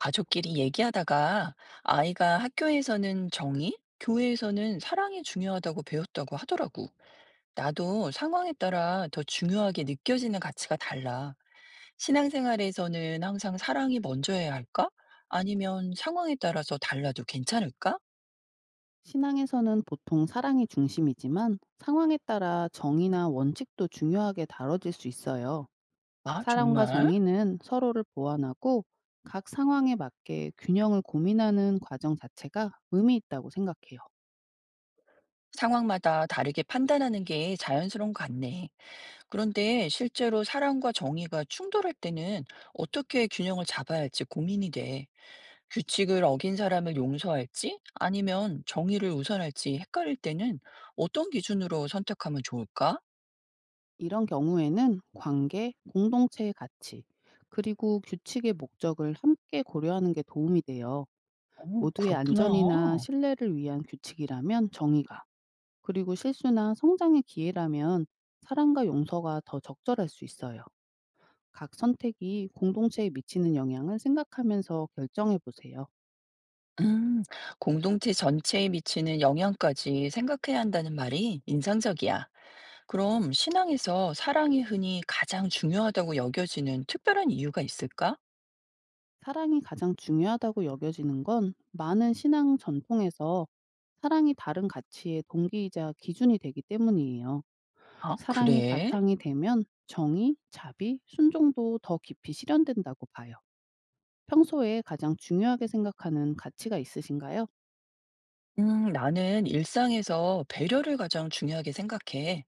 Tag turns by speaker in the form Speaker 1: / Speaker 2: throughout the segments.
Speaker 1: 가족끼리 얘기하다가 아이가 학교에서는 정의, 교회에서는 사랑이 중요하다고 배웠다고 하더라고. 나도 상황에 따라 더 중요하게 느껴지는 가치가 달라. 신앙생활에서는 항상 사랑이 먼저여야 할까? 아니면 상황에 따라서 달라도 괜찮을까?
Speaker 2: 신앙에서는 보통 사랑이 중심이지만 상황에 따라 정의나 원칙도 중요하게 다뤄질 수 있어요.
Speaker 1: 아,
Speaker 2: 사랑과
Speaker 1: 정말?
Speaker 2: 정의는 서로를 보완하고, 각 상황에 맞게 균형을 고민하는 과정 자체가 의미 있다고 생각해요.
Speaker 1: 상황마다 다르게 판단하는 게 자연스러운 것 같네. 그런데 실제로 사랑과 정의가 충돌할 때는 어떻게 균형을 잡아야 할지 고민이 돼. 규칙을 어긴 사람을 용서할지 아니면 정의를 우선할지 헷갈릴 때는 어떤 기준으로 선택하면 좋을까?
Speaker 2: 이런 경우에는 관계, 공동체의 가치, 그리고 규칙의 목적을 함께 고려하는 게 도움이 돼요.
Speaker 1: 오,
Speaker 2: 모두의
Speaker 1: 그렇구나.
Speaker 2: 안전이나 신뢰를 위한 규칙이라면 정의가, 그리고 실수나 성장의 기회라면 사랑과 용서가 더 적절할 수 있어요. 각 선택이 공동체에 미치는 영향을 생각하면서 결정해 보세요.
Speaker 1: 음, 공동체 전체에 미치는 영향까지 생각해야 한다는 말이 인상적이야. 그럼 신앙에서 사랑이 흔히 가장 중요하다고 여겨지는 특별한 이유가 있을까?
Speaker 2: 사랑이 가장 중요하다고 여겨지는 건 많은 신앙 전통에서 사랑이 다른 가치의 동기이자 기준이 되기 때문이에요.
Speaker 1: 아,
Speaker 2: 사랑이
Speaker 1: 그래?
Speaker 2: 바탕이 되면 정의, 자비, 순종도 더 깊이 실현된다고 봐요. 평소에 가장 중요하게 생각하는 가치가 있으신가요?
Speaker 1: 나는 일상에서 배려를 가장 중요하게 생각해.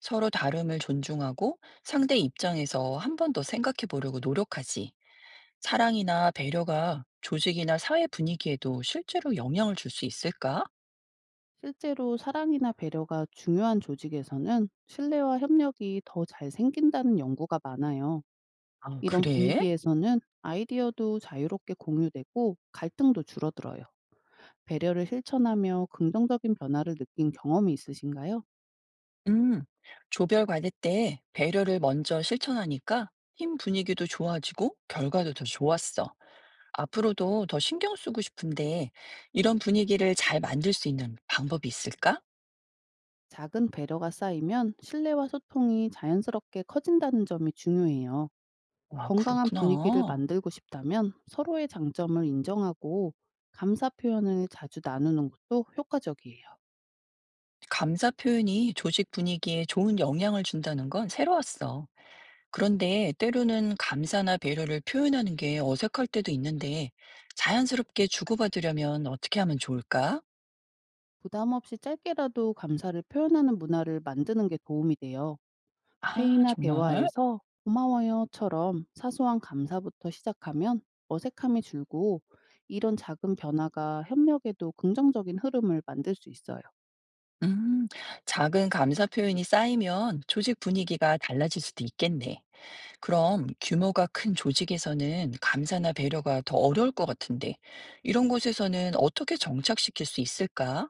Speaker 1: 서로 다름을 존중하고 상대 입장에서 한 번 더 생각해 보려고 노력하지. 사랑이나 배려가 조직이나 사회 분위기에도 실제로 영향을 줄 수 있을까?
Speaker 2: 실제로 사랑이나 배려가 중요한 조직에서는 신뢰와 협력이 더 잘 생긴다는 연구가 많아요.
Speaker 1: 아,
Speaker 2: 이런
Speaker 1: 그래?
Speaker 2: 분위기에서는 아이디어도 자유롭게 공유되고 갈등도 줄어들어요. 배려를 실천하며 긍정적인 변화를 느낀 경험이 있으신가요?
Speaker 1: 음, 조별 과제 때 배려를 먼저 실천하니까 팀 분위기도 좋아지고 결과도 더 좋았어. 앞으로도 더 신경 쓰고 싶은데 이런 분위기를 잘 만들 수 있는 방법이 있을까?
Speaker 2: 작은 배려가 쌓이면 신뢰와 소통이 자연스럽게 커진다는 점이 중요해요.
Speaker 1: 아,
Speaker 2: 건강한
Speaker 1: 그렇구나.
Speaker 2: 분위기를 만들고 싶다면 서로의 장점을 인정하고 감사 표현을 자주 나누는 것도 효과적이에요.
Speaker 1: 감사 표현이 조직 분위기에 좋은 영향을 준다는 건 새로웠어. 그런데 때로는 감사나 배려를 표현하는 게 어색할 때도 있는데 자연스럽게 주고받으려면 어떻게 하면 좋을까?
Speaker 2: 부담 없이 짧게라도 감사를 표현하는 문화를 만드는 게 도움이 돼요.
Speaker 1: 아,
Speaker 2: 회의나
Speaker 1: 정말?
Speaker 2: 대화에서 고마워요처럼 사소한 감사부터 시작하면 어색함이 줄고, 이런 작은 변화가 협력에도 긍정적인 흐름을 만들 수 있어요.
Speaker 1: 음, 작은 감사 표현이 쌓이면 조직 분위기가 달라질 수도 있겠네. 그럼 규모가 큰 조직에서는 감사나 배려가 더 어려울 것 같은데 이런 곳에서는 어떻게 정착시킬 수 있을까?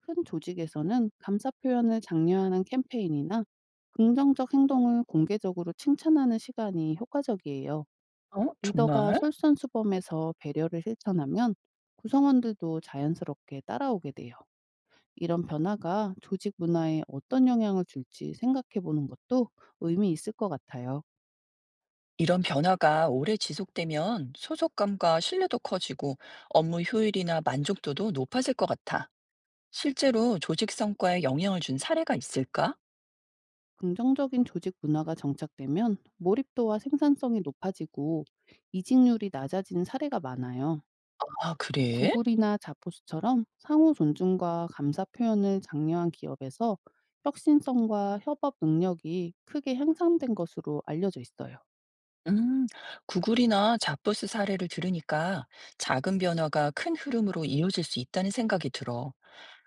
Speaker 2: 큰 조직에서는 감사 표현을 장려하는 캠페인이나 긍정적 행동을 공개적으로 칭찬하는 시간이 효과적이에요.
Speaker 1: 어,
Speaker 2: 리더가
Speaker 1: 정말?
Speaker 2: 솔선수범해서 배려를 실천하면 구성원들도 자연스럽게 따라오게 돼요. 이런 변화가 조직 문화에 어떤 영향을 줄지 생각해 보는 것도 의미 있을 것 같아요.
Speaker 1: 이런 변화가 오래 지속되면 소속감과 신뢰도 커지고 업무 효율이나 만족도도 높아질 것 같아. 실제로 조직 성과에 영향을 준 사례가 있을까?
Speaker 2: 긍정적인 조직 문화가 정착되면 몰입도와 생산성이 높아지고 이직률이 낮아지는 사례가 많아요.
Speaker 1: 아, 그래?
Speaker 2: 구글이나 자포스처럼 상호 존중과 감사 표현을 장려한 기업에서 혁신성과 협업 능력이 크게 향상된 것으로 알려져 있어요.
Speaker 1: 음, 구글이나 잡보스 사례를 들으니까 작은 변화가 큰 흐름으로 이어질 수 있다는 생각이 들어.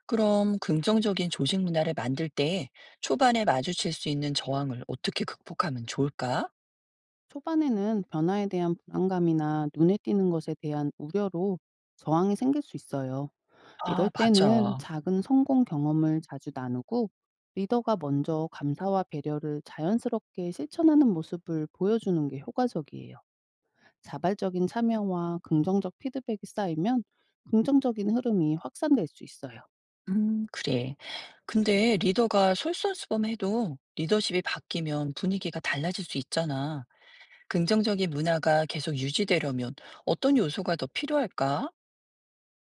Speaker 1: 그럼 긍정적인 조직 문화를 만들 때 초반에 마주칠 수 있는 저항을 어떻게 극복하면 좋을까?
Speaker 2: 초반에는 변화에 대한 불안감이나 눈에 띄는 것에 대한 우려로 저항이 생길 수 있어요. 이럴
Speaker 1: 아,
Speaker 2: 때는
Speaker 1: 맞아.
Speaker 2: 작은 성공 경험을 자주 나누고, 리더가 먼저 감사와 배려를 자연스럽게 실천하는 모습을 보여주는 게 효과적이에요. 자발적인 참여와 긍정적 피드백이 쌓이면 긍정적인 흐름이 확산될 수 있어요.
Speaker 1: 그래. 근데 리더가 솔선수범해도 리더십이 바뀌면 분위기가 달라질 수 있잖아. 긍정적인 문화가 계속 유지되려면 어떤 요소가 더 필요할까?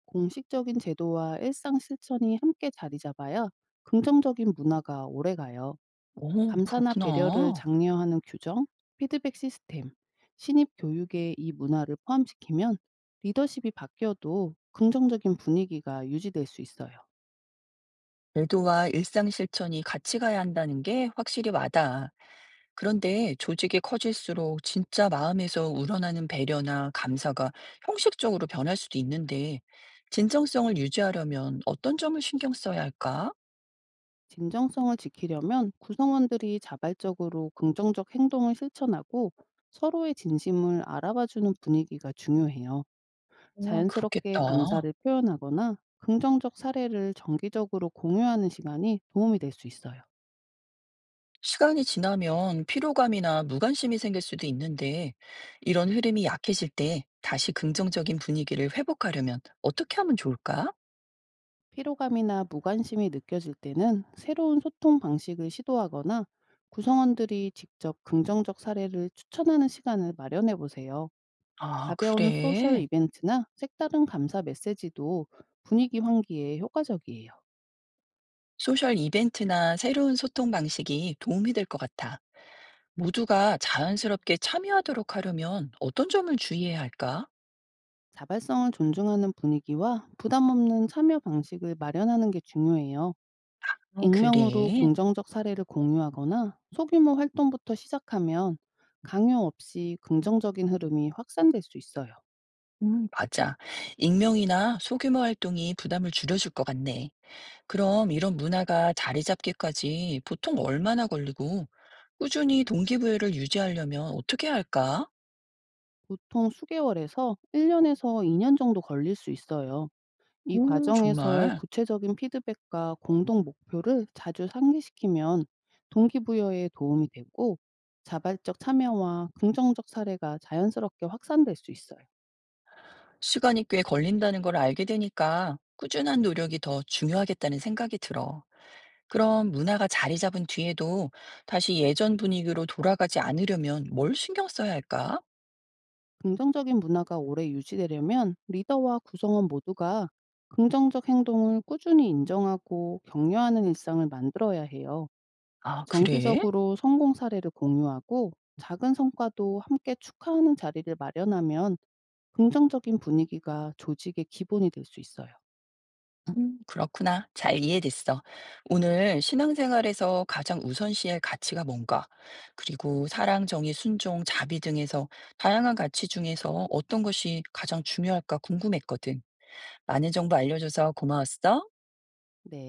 Speaker 2: 공식적인 제도와 일상 실천이 함께 자리 잡아야 긍정적인 문화가 오래 가요.
Speaker 1: 오,
Speaker 2: 감사나 배려를
Speaker 1: 그렇구나.
Speaker 2: 장려하는 규정, 피드백 시스템, 신입 교육에 이 문화를 포함시키면 리더십이 바뀌어도 긍정적인 분위기가 유지될 수 있어요.
Speaker 1: 애도와 일상 실천이 같이 가야 한다는 게 확실히 와닿아. 그런데 조직이 커질수록 진짜 마음에서 우러나는 배려나 감사가 형식적으로 변할 수도 있는데, 진정성을 유지하려면 어떤 점을 신경 써야 할까?
Speaker 2: 진정성을 지키려면 구성원들이 자발적으로 긍정적 행동을 실천하고 서로의 진심을 알아봐주는 분위기가 중요해요.
Speaker 1: 와,
Speaker 2: 자연스럽게
Speaker 1: 그렇겠다.
Speaker 2: 감사를 표현하거나 긍정적 사례를 정기적으로 공유하는 시간이 도움이 될 수 있어요.
Speaker 1: 시간이 지나면 피로감이나 무관심이 생길 수도 있는데, 이런 흐름이 약해질 때 다시 긍정적인 분위기를 회복하려면 어떻게 하면 좋을까?
Speaker 2: 피로감이나 무관심이 느껴질 때는 새로운 소통 방식을 시도하거나 구성원들이 직접 긍정적 사례를 추천하는 시간을 마련해 보세요.
Speaker 1: 아,
Speaker 2: 가벼운 소셜
Speaker 1: 그래.
Speaker 2: 이벤트나 색다른 감사 메시지도 분위기 환기에 효과적이에요.
Speaker 1: 소셜 이벤트나 새로운 소통 방식이 도움이 될 것 같아. 모두가 자연스럽게 참여하도록 하려면 어떤 점을 주의해야 할까?
Speaker 2: 자발성을 존중하는 분위기와 부담 없는 참여 방식을 마련하는 게 중요해요.
Speaker 1: 아,
Speaker 2: 익명으로
Speaker 1: 그래.
Speaker 2: 긍정적 사례를 공유하거나 소규모 활동부터 시작하면 강요 없이 긍정적인 흐름이 확산될 수 있어요.
Speaker 1: 맞아. 익명이나 소규모 활동이 부담을 줄여줄 것 같네. 그럼 이런 문화가 자리 잡기까지 보통 얼마나 걸리고 꾸준히 동기부여를 유지하려면 어떻게 해야 할까?
Speaker 2: 보통 수개월에서 1년에서 2년 정도 걸릴 수 있어요. 이
Speaker 1: 오,
Speaker 2: 과정에서
Speaker 1: 정말.
Speaker 2: 구체적인 피드백과 공동 목표를 자주 상기시키면 동기부여에 도움이 되고, 자발적 참여와 긍정적 사례가 자연스럽게 확산될 수 있어요.
Speaker 1: 시간이 꽤 걸린다는 걸 알게 되니까 꾸준한 노력이 더 중요하겠다는 생각이 들어. 그럼 문화가 자리 잡은 뒤에도 다시 예전 분위기로 돌아가지 않으려면 뭘 신경 써야 할까?
Speaker 2: 긍정적인 문화가 오래 유지되려면 리더와 구성원 모두가 긍정적 행동을 꾸준히 인정하고 격려하는 일상을 만들어야 해요.
Speaker 1: 아, 그래?
Speaker 2: 정기적으로 성공 사례를 공유하고 작은 성과도 함께 축하하는 자리를 마련하면 긍정적인 분위기가 조직의 기본이 될 수 있어요.
Speaker 1: 그렇구나. 잘 이해됐어. 오늘 신앙생활에서 가장 우선시할 가치가 뭔가, 그리고 사랑, 정의, 순종, 자비 등에서 다양한 가치 중에서 어떤 것이 가장 중요할까 궁금했거든. 많은 정보 알려줘서 고마웠어.
Speaker 2: 네.